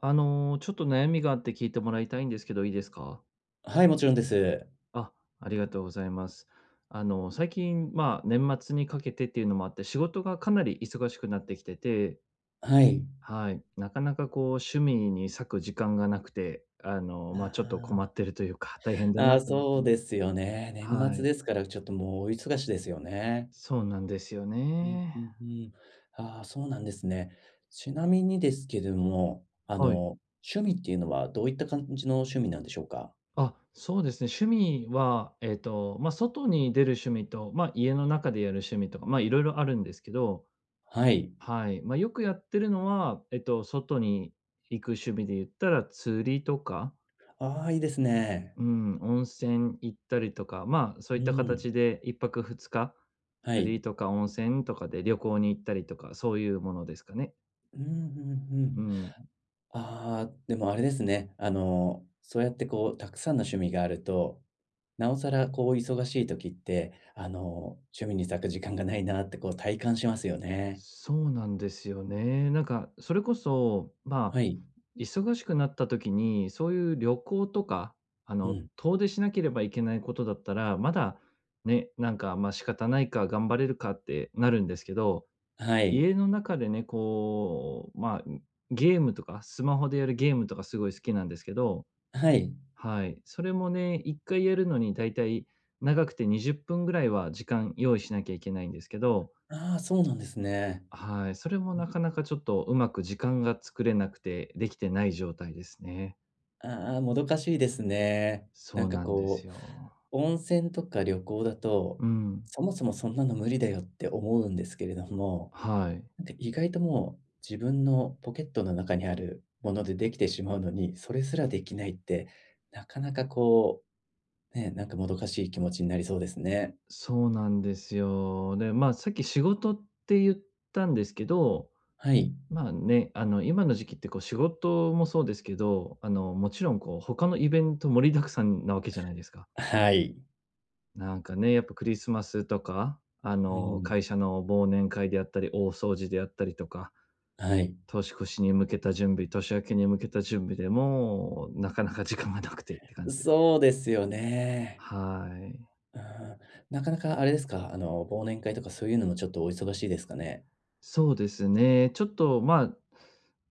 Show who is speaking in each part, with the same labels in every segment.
Speaker 1: ちょっと悩みがあって聞いてもらいたいんですけど、いいですか？
Speaker 2: はい、もちろんです。
Speaker 1: あ、ありがとうございます。最近、まあ、年末にかけてっていうのもあって、仕事がかなり忙しくなってきてて、
Speaker 2: はい。
Speaker 1: はい、なかなかこう趣味に割く時間がなくて、まあ、ちょっと困
Speaker 2: あ
Speaker 1: ってるというか、大変
Speaker 2: あ、
Speaker 1: だ
Speaker 2: あ
Speaker 1: な
Speaker 2: あ、
Speaker 1: と思って
Speaker 2: そう
Speaker 1: ま
Speaker 2: で
Speaker 1: す。
Speaker 2: すよね。年
Speaker 1: は
Speaker 2: 末
Speaker 1: い、
Speaker 2: ですから、ちょっともう大忙しですよね。
Speaker 1: そうなんですよ
Speaker 2: うんう
Speaker 1: ね。
Speaker 2: んうん。ああ、そうなんですね。ちなみにですけども、
Speaker 1: はい。
Speaker 2: 趣味っていうのはどういった感じの趣味なんでしょうか？
Speaker 1: あ、そうですね、趣味は、まあ、外に出る趣味と、まあ、家の中でやる趣味とか、まあ、いろいろあるんですけど、
Speaker 2: はい。
Speaker 1: はい。まあ、よくやってるのは、外に行く趣味で言ったら釣りとか、
Speaker 2: ああ、いいですね。
Speaker 1: うん、温泉行ったりとか、まあ、そう
Speaker 2: う
Speaker 1: いった
Speaker 2: ん、
Speaker 1: 形で一泊二日、
Speaker 2: は
Speaker 1: 釣
Speaker 2: い。
Speaker 1: りとか温泉とかで旅行に行ったりとか、そういうものですかね。
Speaker 2: うん、うんう
Speaker 1: う
Speaker 2: ん。
Speaker 1: ん。
Speaker 2: ああ、でもあれですね、そうやってこうたくさんの趣味があるとなおさらこう忙しい時って、趣味に割く時間がないなってこう体感しますよね。
Speaker 1: そうなんですよね。なんか、それこそ、まあ、
Speaker 2: はい。
Speaker 1: 忙しくなった時に、そういう旅行とか、
Speaker 2: うん。
Speaker 1: 遠出しなければいけないことだったら、まだね、なんか、ま、仕方ないか、頑張れるかってなるんですけど、
Speaker 2: はい。
Speaker 1: 家の中でね、こう、まあ、ゲームとか、スマホでやるゲームとかすごい好きなんですけど、
Speaker 2: はい。
Speaker 1: はい。それもね、1回やるのにだいたい長くて20分ぐらいは時間用意しなきゃいけないんですけど、
Speaker 2: ああ、そうなんですね。
Speaker 1: はい。それもなかなかちょっとうまく時間が作れなくて、できてない状態ですね。
Speaker 2: ああ、もどかしいですね。な
Speaker 1: そ
Speaker 2: ん
Speaker 1: う
Speaker 2: か
Speaker 1: なんで
Speaker 2: こ
Speaker 1: す
Speaker 2: う、
Speaker 1: よ。
Speaker 2: 温泉とか旅行だと、
Speaker 1: うん。
Speaker 2: そもそもそんなの無理だよって思うんですけれども、
Speaker 1: はい。
Speaker 2: なんか意外ともう自分のポケットの中にあるものでできてしまうのに、それすらできないって、なかなかこう、ね、なんかもどかしい気持ちになりそうですね。
Speaker 1: そうなんですよ。で、まあ、さっき仕事って言ったんですけど、
Speaker 2: はい。
Speaker 1: まあね、今の時期ってこう仕事もそうですけど、もちろんこう他のイベント盛りだくさんなわけじゃないですか。
Speaker 2: はい。
Speaker 1: なんかね、やっぱクリスマスとか、
Speaker 2: うん。
Speaker 1: 会社の忘年会であったり、大掃除であったりとか、
Speaker 2: はい。
Speaker 1: 年越しに向けた準備、年明けに向けた準備でもうなかなか時間がなくてって感じです。
Speaker 2: そうですよね。
Speaker 1: はい。
Speaker 2: うん。なかなかあれですか、忘年会とかそういうのもちょっとお忙しいですかね？
Speaker 1: そうですね。ちょっとま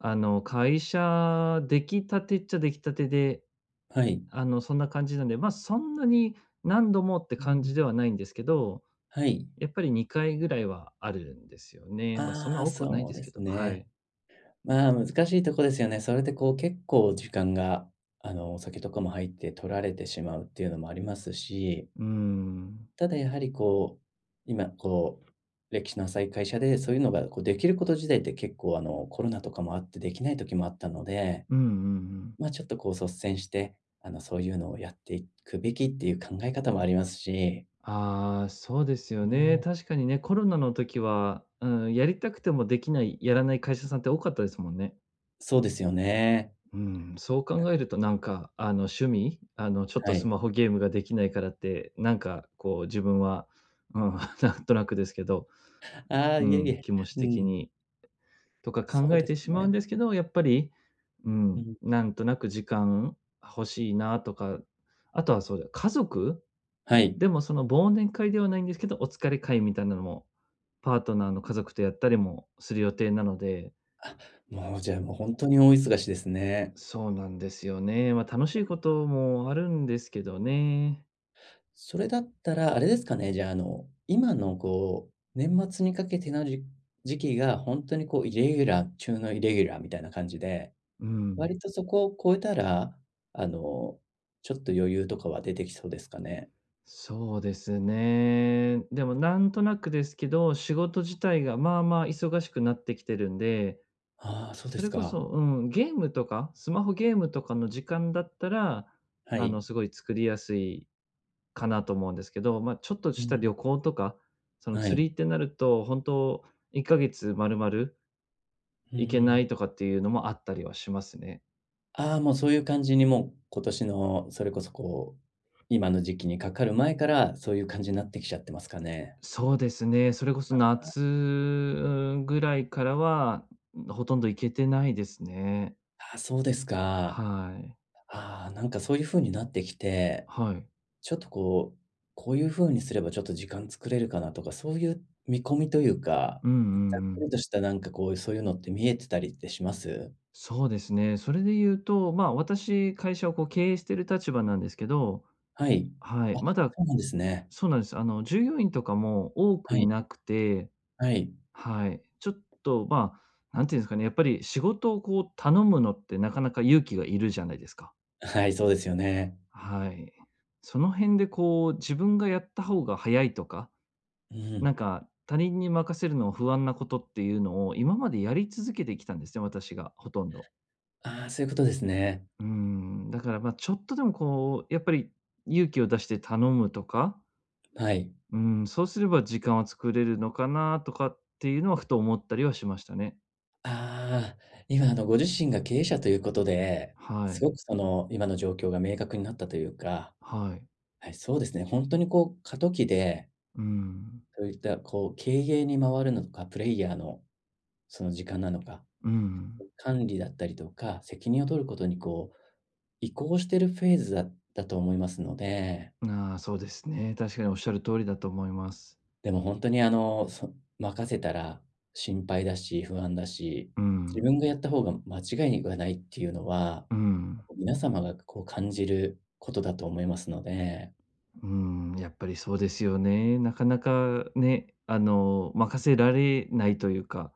Speaker 1: あ、会社出来たてっちゃ出来たてで、
Speaker 2: はい。
Speaker 1: そんな感じなんで、まあ、そんなに何度もって
Speaker 2: う
Speaker 1: 感じ
Speaker 2: ん。
Speaker 1: ではないんですけど、
Speaker 2: はい。
Speaker 1: やっぱり2回ぐらいはあるんですよね。まあ、そん
Speaker 2: あ
Speaker 1: な
Speaker 2: あ、
Speaker 1: 多くはない
Speaker 2: そう
Speaker 1: です
Speaker 2: で
Speaker 1: け
Speaker 2: す
Speaker 1: ど、はい。
Speaker 2: ね。まあ、難しいとこですよね。それでこう結構時間が、お酒とかも入って取られてしまうっていうのもありますし、
Speaker 1: うーん。
Speaker 2: ただやはりこう、今こう、歴史の浅い会社でそういうのがこうできること自体って結構コロナとかもあってできない時もあったので、
Speaker 1: うんうんうん。
Speaker 2: まあ、ちょっとこう率先して、そういうのをやっていくべきっていう考え方もありますし、
Speaker 1: ああ、そうですよ
Speaker 2: う
Speaker 1: ね。
Speaker 2: ん、
Speaker 1: 確かにね、コロナの時は、うん、やりたくてもできない、やらない会社さんって多かったですもんね。
Speaker 2: そうですよね。
Speaker 1: うん、そう考えるとなんか、あの、趣味、あの、ちょっ
Speaker 2: は
Speaker 1: とス
Speaker 2: い。
Speaker 1: マホゲームができないからって、なんかこう自分は、うん、なんとなくですけど、
Speaker 2: ああ、
Speaker 1: う
Speaker 2: いえい
Speaker 1: ん、
Speaker 2: え、
Speaker 1: 気持ち
Speaker 2: う
Speaker 1: 的
Speaker 2: ん、
Speaker 1: にとか
Speaker 2: そ
Speaker 1: 考
Speaker 2: う
Speaker 1: え
Speaker 2: です
Speaker 1: てしまうんで
Speaker 2: ね。
Speaker 1: すけど、やっぱり、う
Speaker 2: う
Speaker 1: ん、
Speaker 2: ん、
Speaker 1: なんとなく時間欲しいなとか、あとはそうだ、家族
Speaker 2: はい。
Speaker 1: でもその忘年会ではないんですけど、お疲れ会みたいなのも、パートナーの家族とやったりもする予定なので、
Speaker 2: あ、もうじゃあ、もう本当に大忙しですね。
Speaker 1: そうなんですよね。まあ、楽しいこともあるんですけどね。
Speaker 2: それだったら、あれですかね、じゃあ、今のこう、年末にかけての時期が本当にこうイレギュラー中のイレギュラーみたいな感じで、
Speaker 1: うん、
Speaker 2: 割とそこを超えたら、あの、ちょっと余裕とかは出てきそうですかね？
Speaker 1: そうですね。でもなんとなくですけど、仕事自体がまあまあ忙しくなってきてるんで、
Speaker 2: ああ、そうで
Speaker 1: それ
Speaker 2: す
Speaker 1: こ
Speaker 2: か。
Speaker 1: そ、うん、ゲームとか、スマホゲームとかの時間だったら、
Speaker 2: はい。
Speaker 1: すごい作りやすいかなと思うんですけど、まあ、ちょっと
Speaker 2: う
Speaker 1: した
Speaker 2: ん。
Speaker 1: 旅行とか、その
Speaker 2: は
Speaker 1: 釣
Speaker 2: い。
Speaker 1: りってなると、本当1ヶ月まるまる
Speaker 2: うん
Speaker 1: 行け
Speaker 2: う
Speaker 1: な
Speaker 2: ん。
Speaker 1: いとかっていうのもあったりはしますね。
Speaker 2: ああ、もうそういう感じにもう今年のそれこそこう、今の時期にかかる前から、そういう感じになってきちゃってますかね？
Speaker 1: そうですね、それこそ夏、うん、ぐらいからは、ほとんど行けてないですね。
Speaker 2: ああ、そうですか。
Speaker 1: はい。
Speaker 2: ああ、なんかそういう風になってきて、
Speaker 1: はい。
Speaker 2: ちょっとこう、こういう風にすればちょっと時間作れるかなとか、そういう見込みというか、
Speaker 1: うんうんう
Speaker 2: ざっく
Speaker 1: ん。
Speaker 2: りとしたなんかこう、そういうのって見えてたりってします？
Speaker 1: そうですね。それで言うと、まあ、私、会社をこう経営してる立場なんですけど、
Speaker 2: はい。
Speaker 1: はい、
Speaker 2: あ、そ
Speaker 1: まだ
Speaker 2: うなんですね。
Speaker 1: そうなんです。従業員とかも多
Speaker 2: は
Speaker 1: くい
Speaker 2: い、
Speaker 1: なくて、
Speaker 2: はい。
Speaker 1: はい、ちょっと、まあ、なんていうんですかね、やっぱり仕事をこう頼むのってなかなか勇気がいるじゃないですか。
Speaker 2: はい、そうですよね。
Speaker 1: はい。その辺でこう、自分がやった方が早いとか、
Speaker 2: う
Speaker 1: なん
Speaker 2: ん。
Speaker 1: か他人に任せるの不安なことっていうのを今までやり続けてきたんですね、私がほとんど。
Speaker 2: ああ、そういうことですね。
Speaker 1: うーん、だからま、ちょっとでもこう、やっぱり勇気を出して頼むとか、
Speaker 2: はい。
Speaker 1: うーん、そうすれば時間は作れるのかなとかっていうのはふと思ったりはしましたね。
Speaker 2: ああ、今ご自身が経営者ということで、
Speaker 1: は
Speaker 2: すご
Speaker 1: い。
Speaker 2: くその今の状況が明確になったというか、
Speaker 1: はい。
Speaker 2: はい、そうですね、本当にこう過渡期で、
Speaker 1: うん。
Speaker 2: そういったこう経営に回るのか、プレイヤーのその時間なのか、
Speaker 1: うん。
Speaker 2: 管理だったりとか、責任を取ることにこう移行してるフェーズだと思いますので。
Speaker 1: ああ、そうですね。確かにおっしゃる通りだと思います。
Speaker 2: でも本当に任せたら心配だし、不安だし、
Speaker 1: う
Speaker 2: 自
Speaker 1: ん。
Speaker 2: 分がやった方が間違いがないっていうのは、
Speaker 1: うん。
Speaker 2: 皆様がこう感じることだと思いますので、
Speaker 1: うん、やっぱりそうですよね。なかなかね、任せられないというか、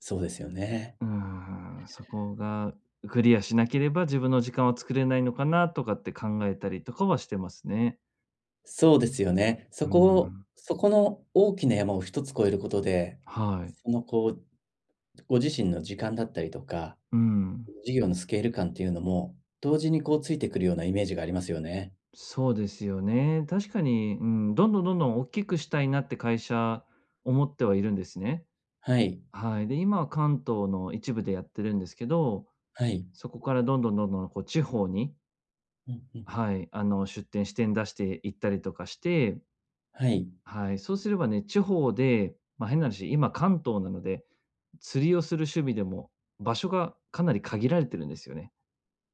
Speaker 2: そうですよね。
Speaker 1: うーん、そこがクリアしなければ、自分の時間は作れないのかなとかって考えたりとかはしてますね。
Speaker 2: そうですよね。
Speaker 1: うん、
Speaker 2: そこの大きな山を一つ越えることで、
Speaker 1: はい。
Speaker 2: そのこう、ご自身の時間だったりとか、
Speaker 1: うん、
Speaker 2: 事業のスケール感っていうのも、同時にこうついてくるようなイメージがありますよね。
Speaker 1: そうですよね。確かに、うん、どんどんどんどん大きくしたいなって会社思ってはいるんですね。
Speaker 2: はい、
Speaker 1: はい。で、今は関東の一部でやってるんですけど、
Speaker 2: はい。
Speaker 1: そこからどんどんどんどんこう地方に、
Speaker 2: うんうん。
Speaker 1: はい、出店支店出していったりとかして、
Speaker 2: はい。
Speaker 1: はい、そうすればね、地方で、ま、変な話、今関東なので釣りをする趣味でも、場所がかなり限られてるんですよね。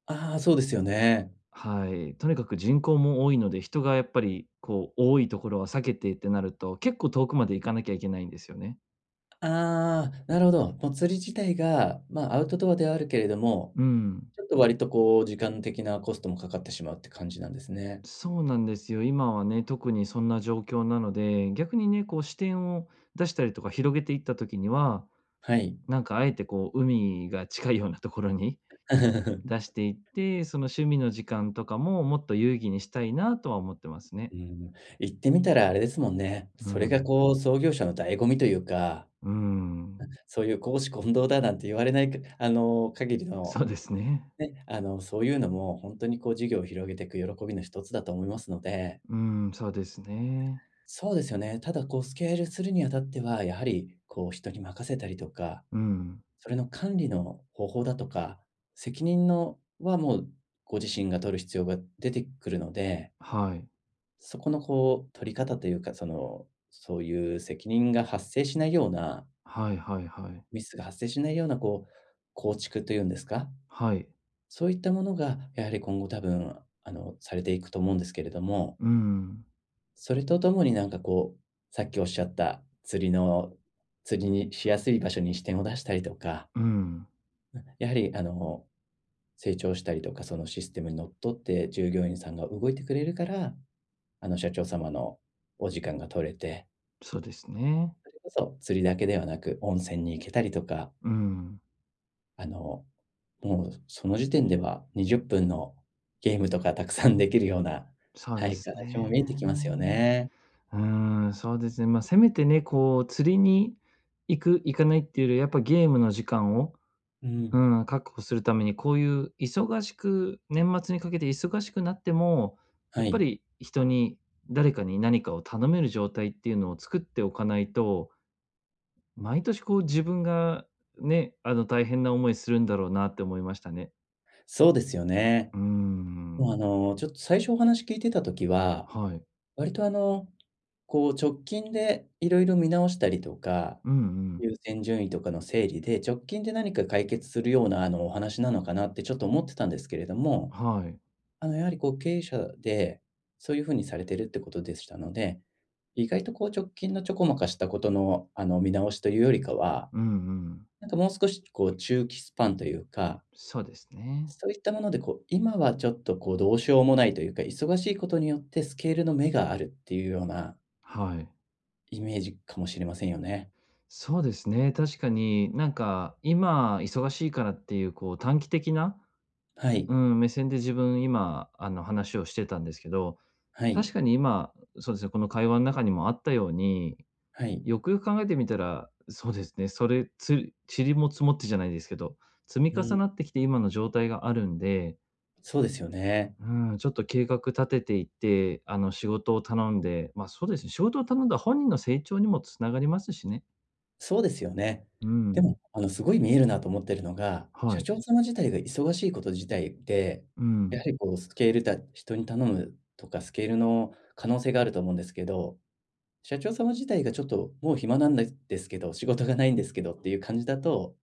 Speaker 2: ああ、そうですよね。
Speaker 1: はい。とにかく人口も多いので、人がやっぱりこう多いところは避けてってなると、結構遠くまで行かなきゃいけないんですよね。
Speaker 2: ああ、なるほど。もう釣り自体が、まあ、アウトドアではあるけれども、
Speaker 1: うん。
Speaker 2: ちょっと割とこう時間的なコストもかかってしまうって感じなんですね。
Speaker 1: そうなんですよ。今はね、特にそんな状況なので、逆にね、こう視点を出したりとか広げていった時には、
Speaker 2: はい。
Speaker 1: なんかあえてこう海が近いようなところに 出し ていって、その趣味の時間とかももっと有意義にしたいなとは思ってますね。
Speaker 2: うん、言ってみたらあれですもんね。
Speaker 1: う
Speaker 2: それが
Speaker 1: ん。
Speaker 2: こう創業者の醍醐味というか、
Speaker 1: うーん。
Speaker 2: そういう公私混同だなんて言われないか限りの、
Speaker 1: そうですね。
Speaker 2: ね、そういうのも本当にこう事業を広げていく喜びの一つだと思いますので、
Speaker 1: うん、そうですね。
Speaker 2: そうですよね。ただこうスケールするにあたっては、やはりこう人に任せたりとか、
Speaker 1: うん。
Speaker 2: それの管理の方法だとか、責任のはもうご自身が取る必要が出てくるので、
Speaker 1: はい。
Speaker 2: そこのこう取り方というか、その、そういう責任が発生しないような、
Speaker 1: はいはいはい。
Speaker 2: ミスが発生しないようなこう、構築というんですか、
Speaker 1: はい。
Speaker 2: そういったものがやはり今後多分、されていくと思うんですけれども、
Speaker 1: うん。
Speaker 2: それとともになんかこう、さっきおっしゃった釣りにしやすい場所に視点を出したりとか、
Speaker 1: うん。
Speaker 2: やはり成長したりとか、そのシステムにのっとって従業員さんが動いてくれるから、社長様のお時間が取れて、
Speaker 1: そうですね。
Speaker 2: それこそ釣りだけではなく、温泉に行けたりとか、
Speaker 1: うん。
Speaker 2: あの、もうその時点では20分のゲームとかたくさんできるような、
Speaker 1: そう
Speaker 2: は
Speaker 1: で
Speaker 2: い、
Speaker 1: す
Speaker 2: 形
Speaker 1: ね。
Speaker 2: も見えてきますよね。
Speaker 1: うーん、そうですね。まあ、せめてね、こう、釣りに行く、行かないっていうより、やっぱゲームの時間を、
Speaker 2: う
Speaker 1: う
Speaker 2: ん。
Speaker 1: ん、確保するために、こういう忙しく年末にかけて忙しくなっても、や
Speaker 2: は
Speaker 1: っぱ
Speaker 2: い、
Speaker 1: り誰かに何かを頼める状態っていうのを作っておかないと、毎年こう自分がね、大変な思いするんだろうなって思いましたね。
Speaker 2: そうですよね。
Speaker 1: うー
Speaker 2: もう、
Speaker 1: ん。
Speaker 2: ちょっと最初お話聞いてた時は、
Speaker 1: はい。
Speaker 2: 割とこう直近でいろいろ見直したりとか、
Speaker 1: うんうん。
Speaker 2: 優先順位とかの整理で、直近で何か解決するようなお話なのかなってちょっと思ってたんですけれども、
Speaker 1: はい。
Speaker 2: やはりこう経営者で、そういう風にされてるってことでしたので、意外とこう直近のちょこまかしたことの、見直しというよりかは、
Speaker 1: うんうん。
Speaker 2: なんかもう少しこう中期スパンというか、
Speaker 1: そうですね。
Speaker 2: そういったものでこう、今はちょっとこうどうしようもないというか、忙しいことによってスケールの目があるっていうような
Speaker 1: はい。
Speaker 2: イメージかもしれませんよね。
Speaker 1: そうですね、確かになんか今忙しいからっていうこう短期的な、
Speaker 2: はい。
Speaker 1: うん、目線で自分今あの話をしてたんですけど、
Speaker 2: はい。
Speaker 1: 確かに今、そうですね、この会話の中にもあったように、
Speaker 2: はい。
Speaker 1: よくよく考えてみたら、そうですね、それ、塵も積もってじゃないですけど、積み
Speaker 2: う
Speaker 1: 重
Speaker 2: ん。
Speaker 1: なってきて今の状態があるんで、
Speaker 2: そうですよね。
Speaker 1: うん、ちょっと計画立てていって、仕事を頼んで、ま、そうですね、仕事を頼んだ本人の成長にもつながりますしね。
Speaker 2: そうですよね。
Speaker 1: う
Speaker 2: で
Speaker 1: ん。
Speaker 2: も、すごい見えるなと思ってるのが、
Speaker 1: は
Speaker 2: 社
Speaker 1: い。
Speaker 2: 長様自体が忙しいこと自体で、
Speaker 1: う
Speaker 2: やは
Speaker 1: ん。
Speaker 2: りこうスケールだ人に頼むとかスケールの可能性があると思うんですけど、社長様自体がちょっともう暇なんでですけど、仕事がないんですけどっていう感じだと、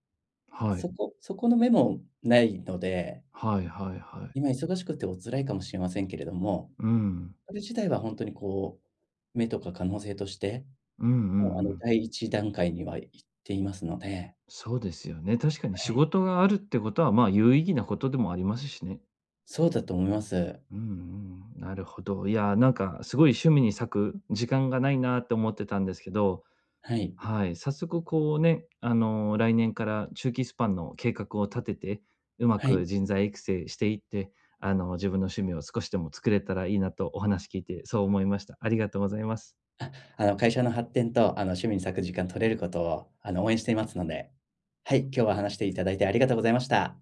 Speaker 1: は
Speaker 2: そ
Speaker 1: い。
Speaker 2: こそこの目もないので、
Speaker 1: はいはいはい。
Speaker 2: 今忙しくてお辛いかもしれませんけれども、
Speaker 1: うん。
Speaker 2: それ自体は本当にこう、目とか可能性として、
Speaker 1: うんうん
Speaker 2: もう
Speaker 1: うん。
Speaker 2: 第一段階には行っていますので、
Speaker 1: そうですよね。確かに
Speaker 2: は
Speaker 1: 仕
Speaker 2: い。
Speaker 1: 事があるってことは、まあ、有意義なことでもありますしね。
Speaker 2: そうだと思います。
Speaker 1: うんうん、なるほど。いや、なんかすごい趣味に割く時間がないなって思ってたんですけど、
Speaker 2: はい。
Speaker 1: はい、早速こうね、来年から中期スパンの計画を立てて、うま
Speaker 2: はい。
Speaker 1: く人材育成していって、自分の趣味を少しでも作れたらいいなとお話聞いてそう思いました。ありがとうございます。
Speaker 2: 会社の発展と、趣味に割く時間取れることを、応援していますので。はい、今日は話していただいてありがとうございました。